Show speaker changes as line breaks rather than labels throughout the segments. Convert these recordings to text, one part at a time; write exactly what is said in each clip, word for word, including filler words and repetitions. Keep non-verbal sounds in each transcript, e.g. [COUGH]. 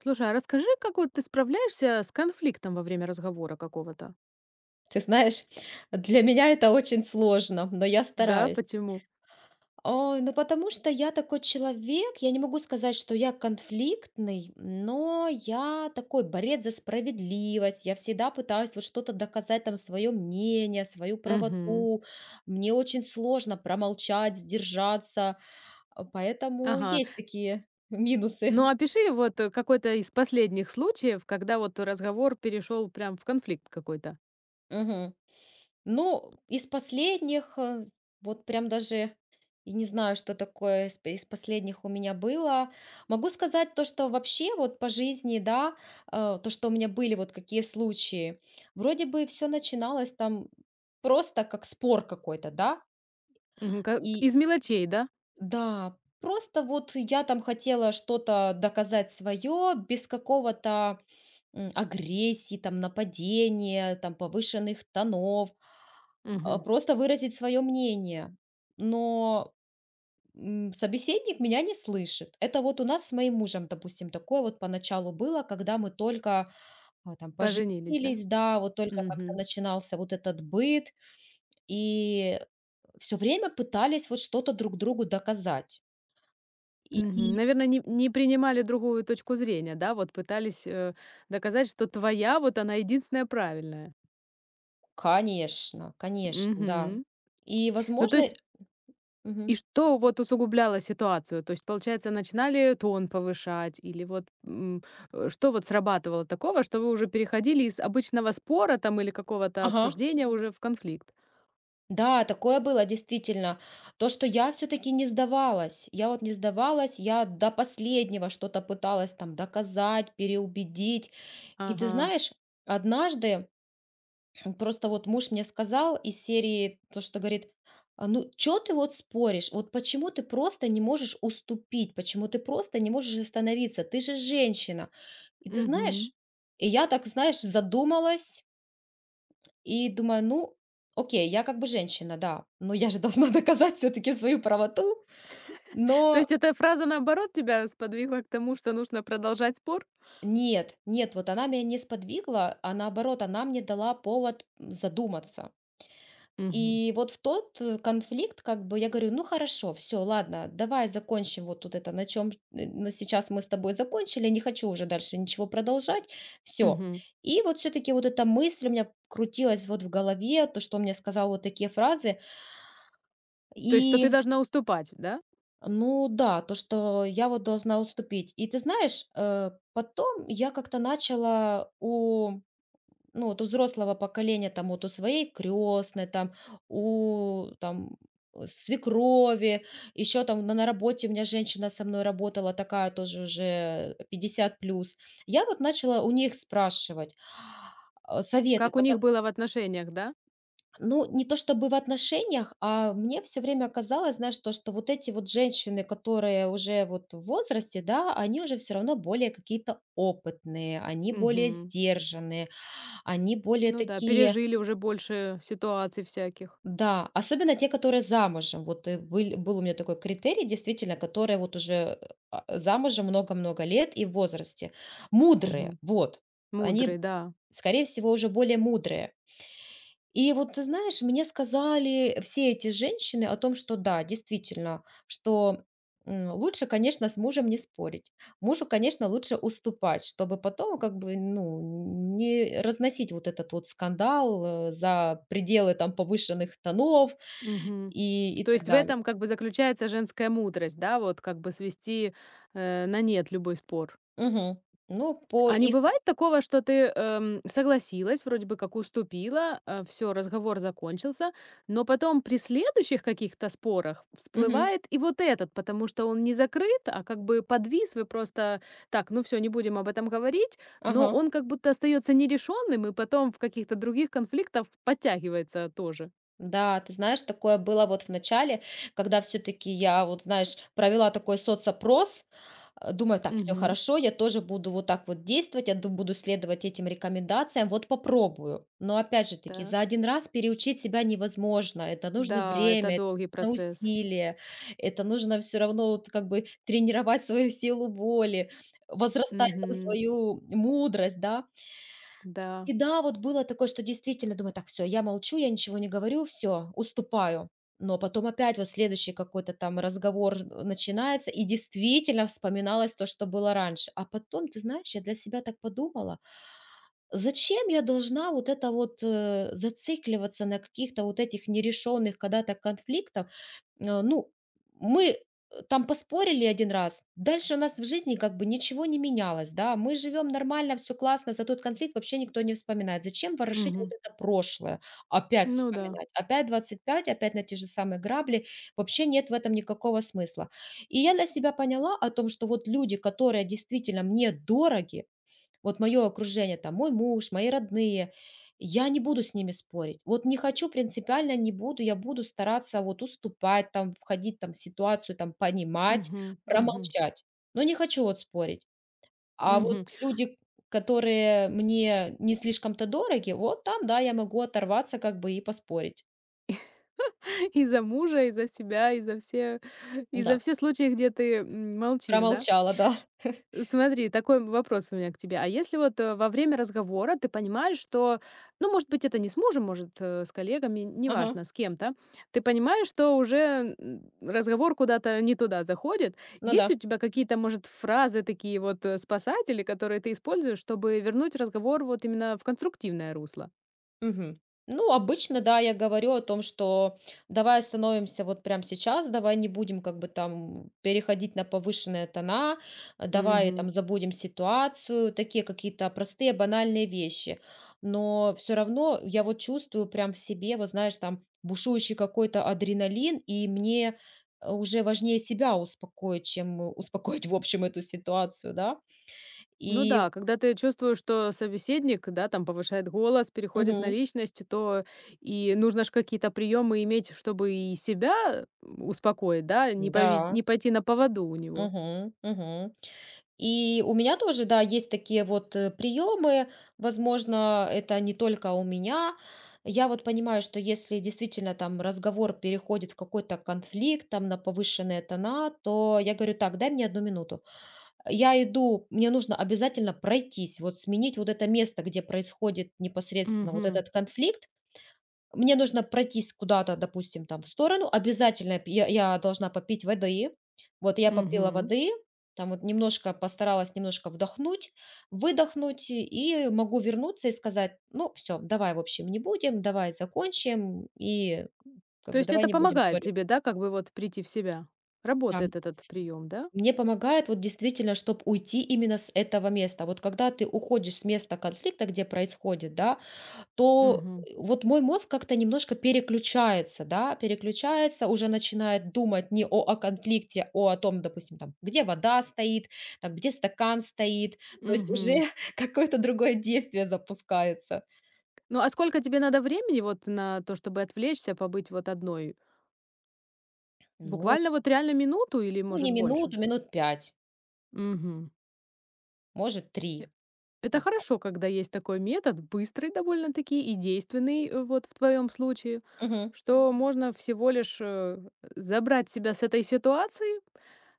Слушай, а расскажи, как вот ты справляешься с конфликтом во время разговора какого-то?
Ты знаешь, для меня это очень сложно, но я
Да,
стараюсь.
почему?
Ой, ну потому что я такой человек, я не могу сказать, что я конфликтный, но я такой борец за справедливость, я всегда пытаюсь вот что-то доказать, там, свое мнение, свою
Мгм.
правоту, мне очень сложно промолчать, сдержаться, а, поэтому
Ага.
есть такие [LAUGHS] минусы.
Ну, опиши вот э, какой-то из последних случаев, когда вот разговор перешел прям в конфликт какой-то.
Мгм. Ну, из последних, э, вот прям даже и не знаю, что такое из из последних у меня было. Могу сказать то, что вообще вот по жизни, да, э, то, что у меня были вот какие случаи. Вроде бы все начиналось там просто как спор какой-то, да.
Мгм. Ка-
И
Из мелочей, да?
да, просто вот я там хотела что-то доказать свое без какого-то, м, агрессии, там, нападения, там, повышенных тонов, а,
Мгм.
просто выразить свое мнение, но, м, собеседник меня не слышит. Это вот у нас с моим мужем, допустим, такое вот поначалу было, когда мы только, а, там
Поженились, да?
поженились, да, вот только как-то
Мгм.
начинался вот этот быт, и все время пытались вот что-то друг другу доказать. И
Наверное, не, не принимали другую точку зрения, да? Вот пытались э, доказать, что твоя вот она единственная правильная.
конечно, конечно, да.
Мгм.
И,
Ну, то
возможно.
есть. И
Мгм.
что вот усугубляло ситуацию? То есть, получается, начинали тон повышать или вот, м, э, что вот срабатывало такого, что вы уже переходили из обычного спора там или какого-то
Ага.
обсуждения уже в конфликт?
Да, такое было действительно. То, что я все-таки не сдавалась. Я вот не сдавалась, я до последнего что-то пыталась там доказать, переубедить. И ты
Ага.
знаешь, однажды [CLEARS THROAT] просто вот муж мне сказал из серии то, что говорит: «А ну что ты вот споришь? Вот почему ты просто не можешь уступить? Почему ты просто не можешь остановиться? Ты же женщина». И ты
Мгм.
знаешь, и я так, знаешь, задумалась, и думаю, ну, окей, я как бы женщина, да, но я же должна [LAUGHS] доказать все-таки свою правоту.
То есть
Но
эта фраза, наоборот, тебя сподвигла к тому, что нужно продолжать спор?
нет, нет, вот она меня не сподвигла, а наоборот, она мне дала повод задуматься.
Мгм.
И вот в тот э, конфликт, как бы я говорю, ну хорошо, все, ладно, давай закончим вот тут это, на чем сейчас мы с тобой закончили, не хочу уже дальше ничего продолжать, все.
Мгм.
И вот все-таки вот эта мысль у меня крутилась вот в голове, то, что он мне сказал вот такие фразы,
То есть, что ты
и
должна уступать, да?
Ну да, то, что я вот должна уступить. И ты знаешь, э, потом я как-то начала у ну, вот у взрослого поколения, там, вот у своей крестной, там, у там, э, свекрови, еще там на, на работе у меня женщина со мной работала, такая тоже уже пятьдесят плюс. Я вот начала у них спрашивать а, совета,
Как у них было в отношениях, да?
ну, не то чтобы в отношениях, а мне все время казалось, знаешь, то, что вот эти вот женщины, которые уже вот в возрасте, да, они уже все равно более какие-то опытные, они более
Мгм.
сдержанные, они более
Ну да,
такие,
пережили уже больше ситуаций всяких.
да, особенно те, которые замужем. Вот, э, быль был у меня такой критерий, действительно, которые вот уже, э, а, замужем много-много лет и в возрасте.
Мгм.
Мудрые, вот. Они,
Мудрый, да.
скорее всего, уже более мудрые. И вот ты знаешь, мне сказали все эти женщины о том, что да, действительно, что м, лучше, конечно, с мужем не спорить. Мужу, конечно, лучше уступать, чтобы потом как бы ну, не разносить вот этот вот скандал э, за пределы там повышенных тонов
Мгм.
и, и
То
так
есть в
далее.
этом как бы заключается женская мудрость, да, вот как бы свести, э, на нет любой спор.
Мгм. Ну, по
А не
их...
бывает такого, что ты, эм, согласилась, вроде бы как уступила, все разговор закончился, но потом при следующих каких-то спорах
Мгм.
всплывает и вот этот, потому что он не закрыт, а как бы подвис, вы просто: «Так, ну все не будем об этом говорить», но
Ага.
он как будто остается нерешенным и потом в каких-то других конфликтах подтягивается тоже.
Да, ты знаешь, такое было вот в начале, когда все-таки я вот, знаешь, провела такой соцопрос, э, думаю, так, все
Угу.
хорошо, я тоже буду вот так вот действовать, я ду- буду следовать этим рекомендациям, вот попробую. Но опять же таки, за
Так.
один раз переучить себя невозможно, это нужно
Да, это
время, это
долгий
нужно
процесс.
усилие, это нужно все равно вот как бы тренировать свою силу воли, возрастать там
Мгм.
свою мудрость, да,
Да.
и да, вот было такое, что действительно думаю: «Так, все, я молчу, я ничего не говорю, все, уступаю». Но потом опять вот следующий какой-то там разговор, э, начинается, и действительно вспоминалось то, что было раньше. А потом, ты знаешь, я для себя так подумала: зачем я должна вот это вот, э, зацикливаться на каких-то вот этих нерешенных когда-то конфликтов? Э, ну, мы, э, там поспорили один раз, дальше у нас в жизни как бы ничего не менялось, да. Мы живем нормально, все классно, за тот конфликт вообще никто не вспоминает. Зачем ворошить вот
Мгм.
это прошлое? Опять
Ну да.
вспоминать, опять двадцать пять, опять на те же самые грабли. Вообще нет в этом никакого смысла. И я для себя поняла о том, что вот люди, которые действительно мне дороги, вот мое окружение, там мой муж, мои родные, я не буду с ними спорить. Вот не хочу, принципиально не буду, я буду стараться вот уступать, там, входить там в ситуацию, там, понимать,
Мгм. Мгм.
промолчать. Но не хочу вот спорить. А вот
Мгм.
люди, которые мне не слишком-то дороги, вот там, да, я могу оторваться как бы и поспорить.
[LAUGHS] И за мужа, и за себя, и за все, и за
Да,
все случаи, где ты, м, молчишь, да?
промолчала, [LAUGHS] да.
Смотри, такой вопрос у меня к тебе. А если вот э, во время разговора ты понимаешь, что, ну, может быть, это не с мужем, может, э, с коллегами,
Ага,
неважно, с кем-то, ты понимаешь, что уже м, разговор куда-то не туда заходит.
ну
Есть
да.
у тебя какие-то, может, фразы такие вот э, спасатели, которые ты используешь, чтобы вернуть разговор вот именно в конструктивное русло?
Мгм. Ну, обычно, да, я говорю о том, что давай остановимся вот прямо сейчас, давай не будем как бы там переходить на повышенные тона, э, давай там забудем ситуацию, такие какие-то простые банальные вещи. Но все равно я вот чувствую прям в себе, вот знаешь, там бушующий какой-то адреналин, и мне э, уже важнее себя успокоить, чем э, успокоить, в общем, эту ситуацию, да.
Ну
И,
да, когда ты чувствуешь, что собеседник, да, там повышает голос, переходит на
мгм,
личность, то и нужно же какие-то приемы иметь, чтобы и себя успокоить, да, не, пови-
да,
не пойти на поводу у него.
угу, угу. И у меня тоже, да, есть такие вот э, приемы. Возможно, это не только у меня. Я вот понимаю, что если действительно там разговор переходит в какой-то конфликт, там на повышенные тона, то я говорю, так, дай мне одну минуту. Я иду, мне нужно обязательно пройтись, вот сменить вот это место, где происходит непосредственно вот
Угу,
этот конфликт, мне нужно пройтись куда-то, допустим, там в сторону, обязательно п я я должна попить воды. Вот я попила
угу.
воды, там вот немножко постаралась немножко вдохнуть, выдохнуть, и могу вернуться и сказать: «Ну, все, давай, в общем, не будем, давай закончим и как
То
бы
есть
давай
это
не будем
помогает
ссориться».
тебе, да, как бы вот прийти в себя.
Да.
Работает этот прием, да?
Мне помогает вот действительно, чтобы уйти именно с этого места. Вот когда ты уходишь с места конфликта, где происходит, да, то
Угу,
э, вот мой мозг как-то немножко переключается, да, переключается, уже начинает думать не о, о конфликте, о, о том, допустим, там, где вода стоит, там, где стакан стоит, то есть
угу.
уже [LAUGHS] какое-то другое действие запускается.
Ну а сколько тебе надо времени вот на то, чтобы отвлечься, побыть вот одной?
Ну,
Буквально вот реально минуту или
ну
может
не
больше?
минуту, минут пять,
Угу.
может, три.
Это
Вот так.
хорошо, когда есть такой метод, быстрый довольно-таки и действенный, э, вот в твоем случае,
Мгм.
что можно всего лишь э, забрать себя с этой ситуации,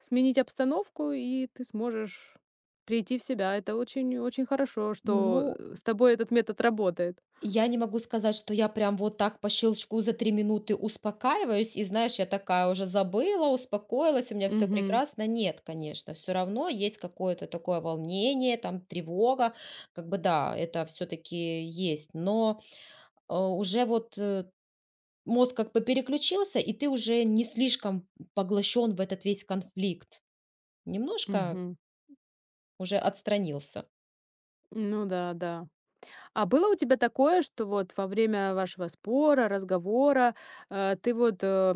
сменить обстановку, и ты сможешь прийти в себя. Это очень-очень хорошо, что
Ну.
э, с тобой этот метод работает.
Я не могу сказать, что я прям вот так по щелчку за три минуты успокаиваюсь, и знаешь, я такая уже забыла, успокоилась, у меня все
Мгм.
прекрасно. Нет, конечно, все равно есть какое-то такое волнение, там тревога. Как бы да, это все таки есть, но, э, уже вот, э, мозг как бы переключился, и ты уже не слишком поглощен в этот весь конфликт. Немножко
Мгм.
уже отстранился.
Ну да, да. А было у тебя такое, что вот во время вашего спора, разговора, э, ты вот э,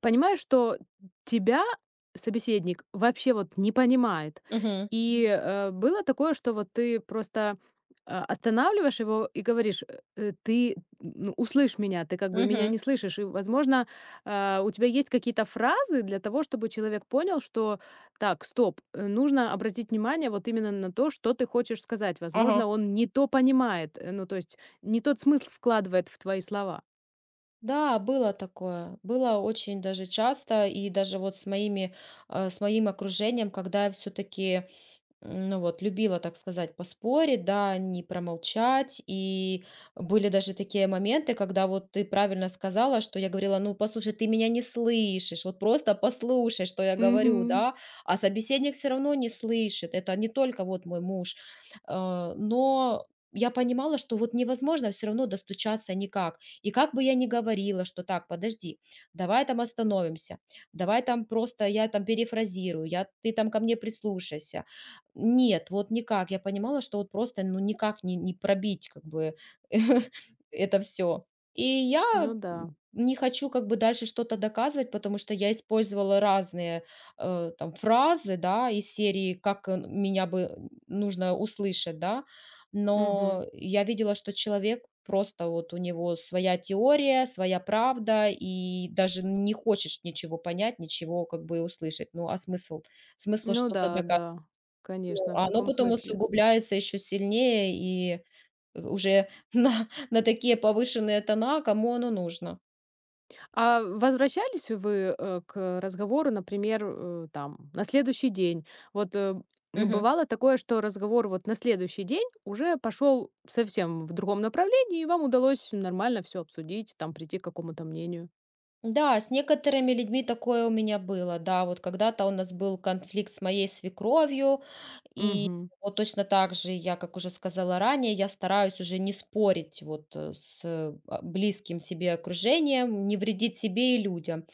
понимаешь, что тебя собеседник вообще вот не понимает.
Угу,
И, э, было такое, что вот ты просто, а, останавливаешь его и говоришь: "Э, э, Ты, ну, услышь меня, ты как бы меня
угу,
не слышишь». И, возможно, а, у тебя есть какие-то фразы для того, чтобы человек понял, что так, стоп, э, нужно обратить внимание вот именно на то, что ты хочешь сказать.
ага.
Возможно, он не то понимает, э, ну, то есть не тот смысл вкладывает в твои слова.
Да, было такое. Было очень даже часто. И даже вот с моими, э, с моим окружением, когда я все-таки ну вот, любила, так сказать, поспорить, да, не промолчать. И были даже такие моменты, когда вот ты правильно сказала, что я говорила, ну, послушай, ты меня не слышишь, вот просто послушай, что я говорю,
Мгм.
да, а собеседник все равно не слышит, это не только вот мой муж. А, Но я понимала, что вот невозможно все равно достучаться никак. И как бы я ни говорила, что так, подожди, давай там остановимся, давай там просто я там перефразирую, я, ты там ко мне прислушайся, нет, вот никак. Я понимала, что вот просто, ну, никак не не пробить как бы [LAUGHS] это все. И
Ну
я
да.
не хочу как бы дальше что-то доказывать, потому что я использовала разные, э, там фразы, да, из серии, как, э, меня бы нужно услышать, да.
Мгм.
Но я видела, что человек просто вот у него своя теория, своя правда, и даже не хочешь ничего понять, ничего как бы услышать. Ну, а смысл? Смысл
Ну
что-то
да,
доказывать?
да,
Ну,
конечно, в
а оно
таком
потом
смысле.
усугубляется еще сильнее и э, уже [LAUGHS] на на такие повышенные тона, кому оно нужно.
А возвращались вы, э, к разговору, например, э, там, на следующий день? Вот, э, м,
Мгм.
бывало такое, что разговор вот на следующий день уже пошел совсем в другом направлении, и вам удалось нормально все обсудить, там, прийти к какому-то мнению?
Да, с некоторыми людьми такое у меня было. Да, вот когда-то у нас был конфликт с моей свекровью, и
Мгм.
вот точно так же я, как уже сказала ранее, я стараюсь уже не спорить вот э, с э, а, близким себе окружением, не вредить себе и людям.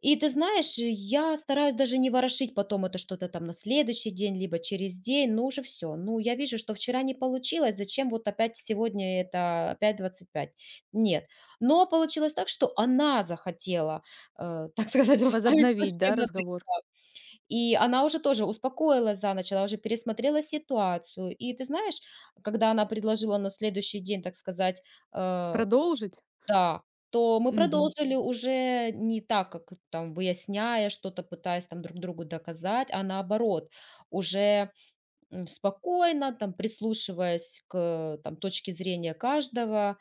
И ты знаешь, я стараюсь даже не ворошить потом это что-то там на следующий день, либо через день, ну уже все. Ну, я вижу, что вчера не получилось, зачем вот опять сегодня это опять двадцать пять? Нет. Но получилось так, что она захотела, э, так сказать, [LAUGHS] расставить
Возобновить,
точки
да,
над «и».
разговор?
И она уже тоже успокоилась за ночь, она уже пересмотрела ситуацию. И ты знаешь, когда она предложила на следующий день, так сказать, э,
Продолжить?
да, то мы
Мгм.
продолжили уже не так, как там выясняя что-то, пытаясь там друг другу доказать, а наоборот, уже м, спокойно, там прислушиваясь к там, точке зрения каждого,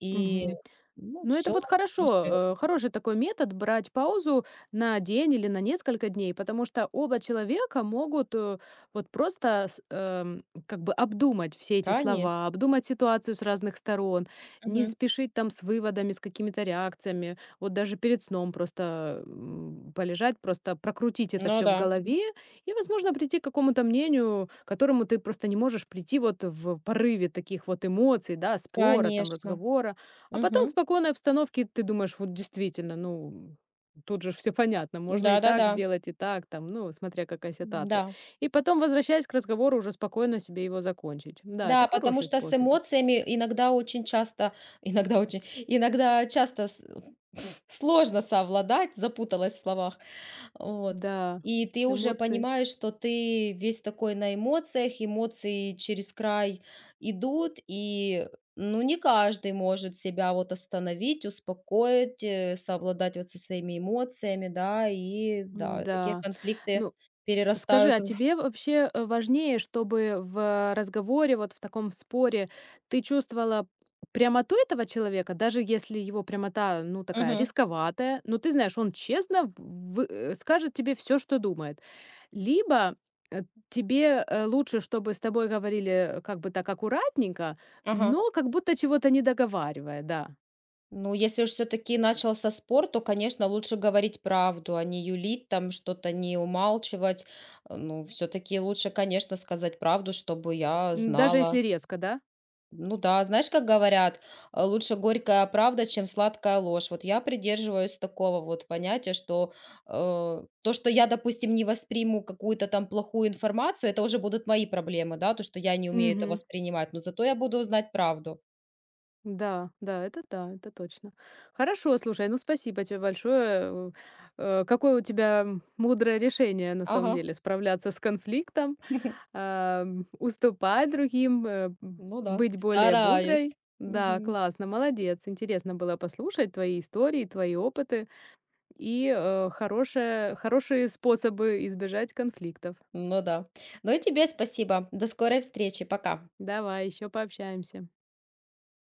и
Мгм.
ну,
Ну, это
все
вот
решилось.
хорошо, э, хороший такой метод брать паузу на день или на несколько дней, потому что оба человека могут э, вот просто с- эм, как бы обдумать все эти
Конечно.
слова, обдумать ситуацию с разных сторон, не
Мгм.
спешить там с выводами, с какими-то реакциями, вот даже перед сном просто м, полежать, просто прокрутить это
Ну
все в
да,
голове и, возможно, прийти к какому-то мнению, к которому ты просто не можешь прийти вот в порыве таких вот эмоций, да, спора, там,
конечно.
разговора. А потом в
Мгм.
спокойной обстановке ты думаешь, вот действительно, ну, тут же все [LAUGHS] понятно, можно и так
Да-да-да.
сделать, и так, там, ну, смотря какая ситуация.
Да.
И потом, возвращаясь к разговору, уже спокойно себе его закончить. Да, это
Да, потому
хороший
что с
способ.
эмоциями иногда очень часто, [LAUGHS] иногда очень, иногда часто с- [LAUGHS] сложно совладать, запуталась в словах, вот.
Да,
И ты уже
эмоции.
понимаешь, что ты весь такой на эмоциях, эмоции через край идут, и ну не каждый может себя вот остановить, успокоить, э, совладать вот со своими эмоциями, да, и да, такие
Да.
конфликты
Ну, скажи,
перерастают
а
в...
тебе вообще, э, важнее, чтобы в разговоре, вот в таком споре, ты чувствовала прямоту этого человека, даже если его прямота, ну, такая
Мгм.
рисковатая, но ты знаешь, он честно вы э, скажет тебе все, что думает. Либо, э, тебе, э, лучше, чтобы с тобой говорили, э, как бы так аккуратненько,
Ага.
но как будто чего-то не договаривая, да.
Ну, если уж все-таки начал со спор, то, конечно, лучше говорить правду, а не юлить, там что-то не умалчивать. Э, Ну, все-таки лучше, конечно, сказать правду, чтобы я
М, даже если
знала.
резко, да?
Ну да, знаешь, как говорят, э, лучше горькая правда, чем сладкая ложь. Вот я придерживаюсь такого вот понятия, что э, то, что я, допустим, не восприму какую-то там плохую информацию, это уже будут мои проблемы, да, то, что я не умею это
Мгм.
воспринимать, но зато я буду знать правду.
Да, да, это да, это точно. Хорошо, слушай, ну спасибо тебе большое. Э, какое у тебя м, мудрое решение на самом
Ага.
деле справляться с конфликтом, а, м, уступать другим, э, м,
Ну да,
быть более
стараюсь.
мудрой. Да,
Мгм.
классно, молодец. Интересно было послушать твои истории, твои опыты и э, хорошее, хорошие способы избежать конфликтов.
Ну да. Ну и тебе спасибо. До скорой встречи. Пока.
Давай, еще пообщаемся.